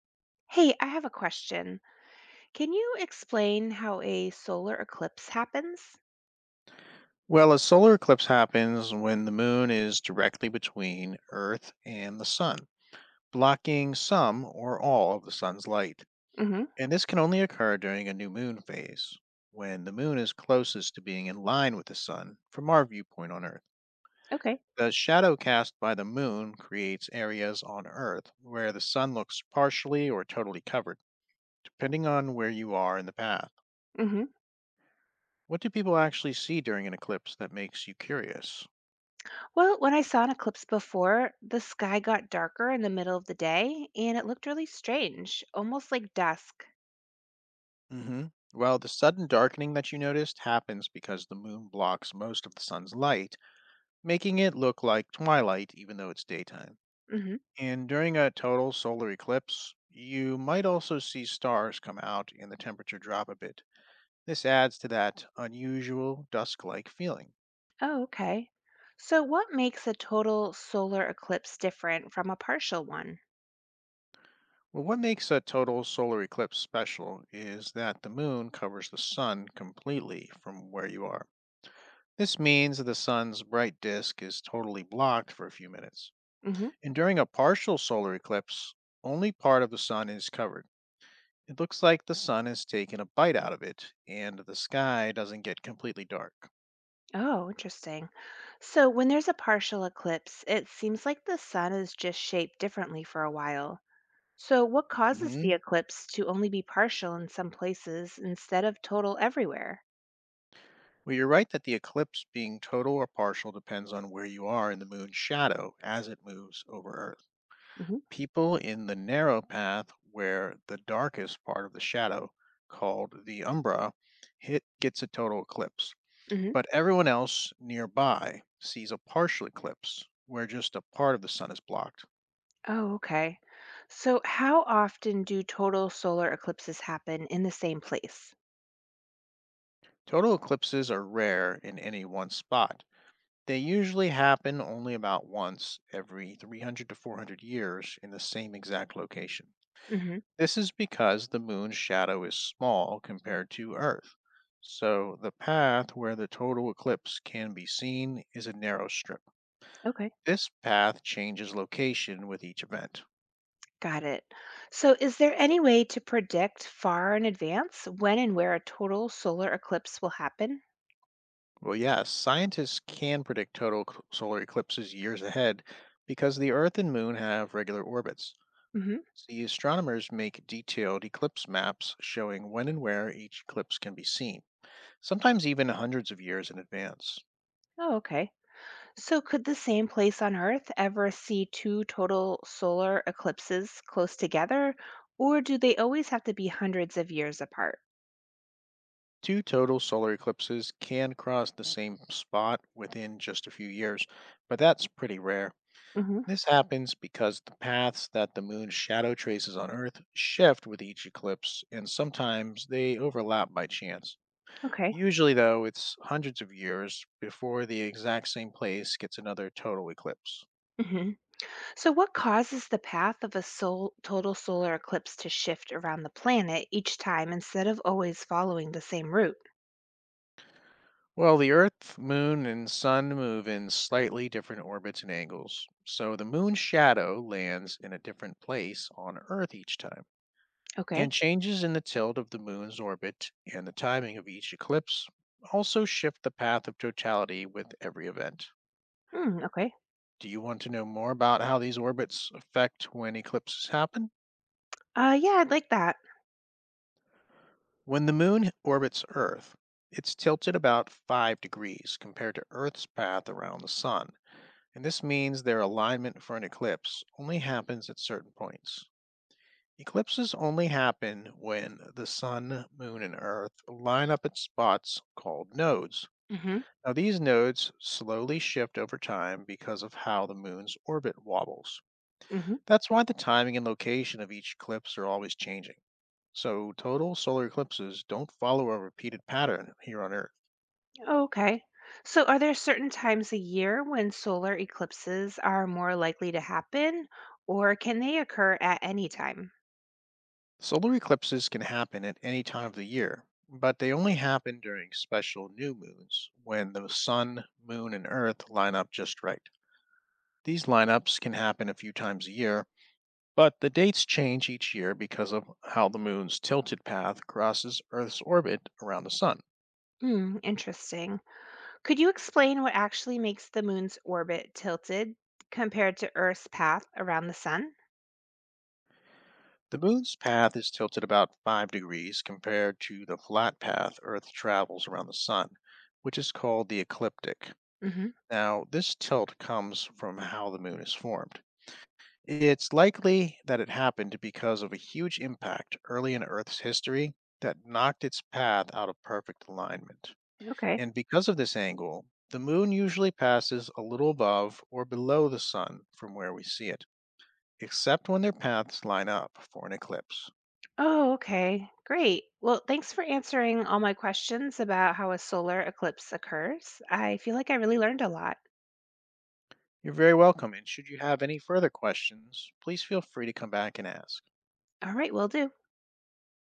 Hey, I have a question. Can you explain how a solar eclipse happens? Well, a solar eclipse happens when the moon is directly between Earth and the sun, blocking some or all of the sun's light. Mm-hmm. And this can only occur during a new moon phase, when the moon is closest to being in line with the sun from our viewpoint on Earth. Okay. The shadow cast by the moon creates areas on Earth where the sun looks partially or totally covered, depending on where you are in the path. Mm-hmm. What do people actually see during an eclipse that makes you curious? Well, when I saw an eclipse before, the sky got darker in the middle of the day and it looked really strange, almost like dusk. Hmm. Well, the sudden darkening that you noticed happens because the moon blocks most of the sun's light, making it look like twilight even though it's daytime. Mm-hmm. And during a total solar eclipse, you might also see stars come out and the temperature drop a bit. This adds to that unusual dusk like feeling. Oh, okay. So, what makes a total solar eclipse different from a partial one? Well, what makes a total solar eclipse special is that the moon covers the sun completely from where you are. This means that the sun's bright disk is totally blocked for a few minutes. Mm-hmm. And during a partial solar eclipse, only part of the sun is covered. It looks like the sun has taken a bite out of it, and the sky doesn't get completely dark. Oh, interesting. So, when there's a partial eclipse, it seems like the sun is just shaped differently for a while. So, what causes the Hmm. eclipse to only be partial in some places instead of total everywhere? Well, you're right that the eclipse being total or partial depends on where you are in the moon's shadow as it moves over Earth. Hmm. People in the narrow path where the darkest part of the shadow, called the umbra, hit gets a total eclipse. Hmm. But everyone else nearby sees a partial eclipse where just a part of the sun is blocked. Oh, okay. So, how often do total solar eclipses happen in the same place? Total eclipses are rare in any one spot. They usually happen only about once every 300 to 400 years in the same exact location. Hmm. This is because the moon's shadow is small compared to Earth. So the path where the total eclipse can be seen is a narrow strip. Okay. This path changes location with each event. Got it. So, is there any way to predict far in advance when and where a total solar eclipse will happen? Well, yes, scientists can predict solar eclipses years ahead because the Earth and Moon have regular orbits. Hmm. So the astronomers make detailed eclipse maps showing when and where each eclipse can be seen, sometimes even hundreds of years in advance. Oh, okay. So, could the same place on Earth ever see two total solar eclipses close together, or do they always have to be hundreds of years apart? Two total solar eclipses can cross the same spot within just a few years, but that's pretty rare. Hmm. This happens because the paths that the moon's shadow traces on Earth shift with each eclipse, and sometimes they overlap by chance. Okay. Usually, though, it's hundreds of years before the exact same place gets another total eclipse. Hmm. So, what causes the path of a total solar eclipse to shift around the planet each time instead of always following the same route? Well, the Earth, Moon, and Sun move in slightly different orbits and angles, so the Moon's shadow lands in a different place on Earth each time. Okay. And changes in the tilt of the moon's orbit and the timing of each eclipse also shift the path of totality with every event. Mm, okay. Do you want to know more about how these orbits affect when eclipses happen? Yeah, I'd like that. When the moon orbits Earth, it's tilted about 5 degrees compared to Earth's path around the sun, and this means their alignment for an eclipse only happens at certain points. Eclipses only happen when the sun, moon, and Earth line up at spots called nodes. Hmm. Now, these nodes slowly shift over time because of how the moon's orbit wobbles. Hmm. That's why the timing and location of each eclipse are always changing. So, total solar eclipses don't follow a repeated pattern here on Earth. Oh, okay. So, are there certain times a year when solar eclipses are more likely to happen, or can they occur at any time? Solar eclipses can happen at any time of the year, but they only happen during special new moons when the sun, moon, and Earth line up just right. These lineups can happen a few times a year, but the dates change each year because of how the moon's tilted path crosses Earth's orbit around the sun. Hmm, interesting. Could you explain what actually makes the moon's orbit tilted compared to Earth's path around the sun? The moon's path is tilted about 5 degrees compared to the flat path Earth travels around the sun, which is called the ecliptic. Hmm. Now, this tilt comes from how the moon is formed. It's likely that it happened because of a huge impact early in Earth's history that knocked its path out of perfect alignment. Okay. And because of this angle, the moon usually passes a little above or below the sun from where we see it, except when their paths line up for an eclipse. Oh, okay. Great. Well, thanks for answering all my questions about how a solar eclipse occurs. I feel like I really learned a lot. You're very welcome, and should you have any further questions, please feel free to come back and ask. All right, will do.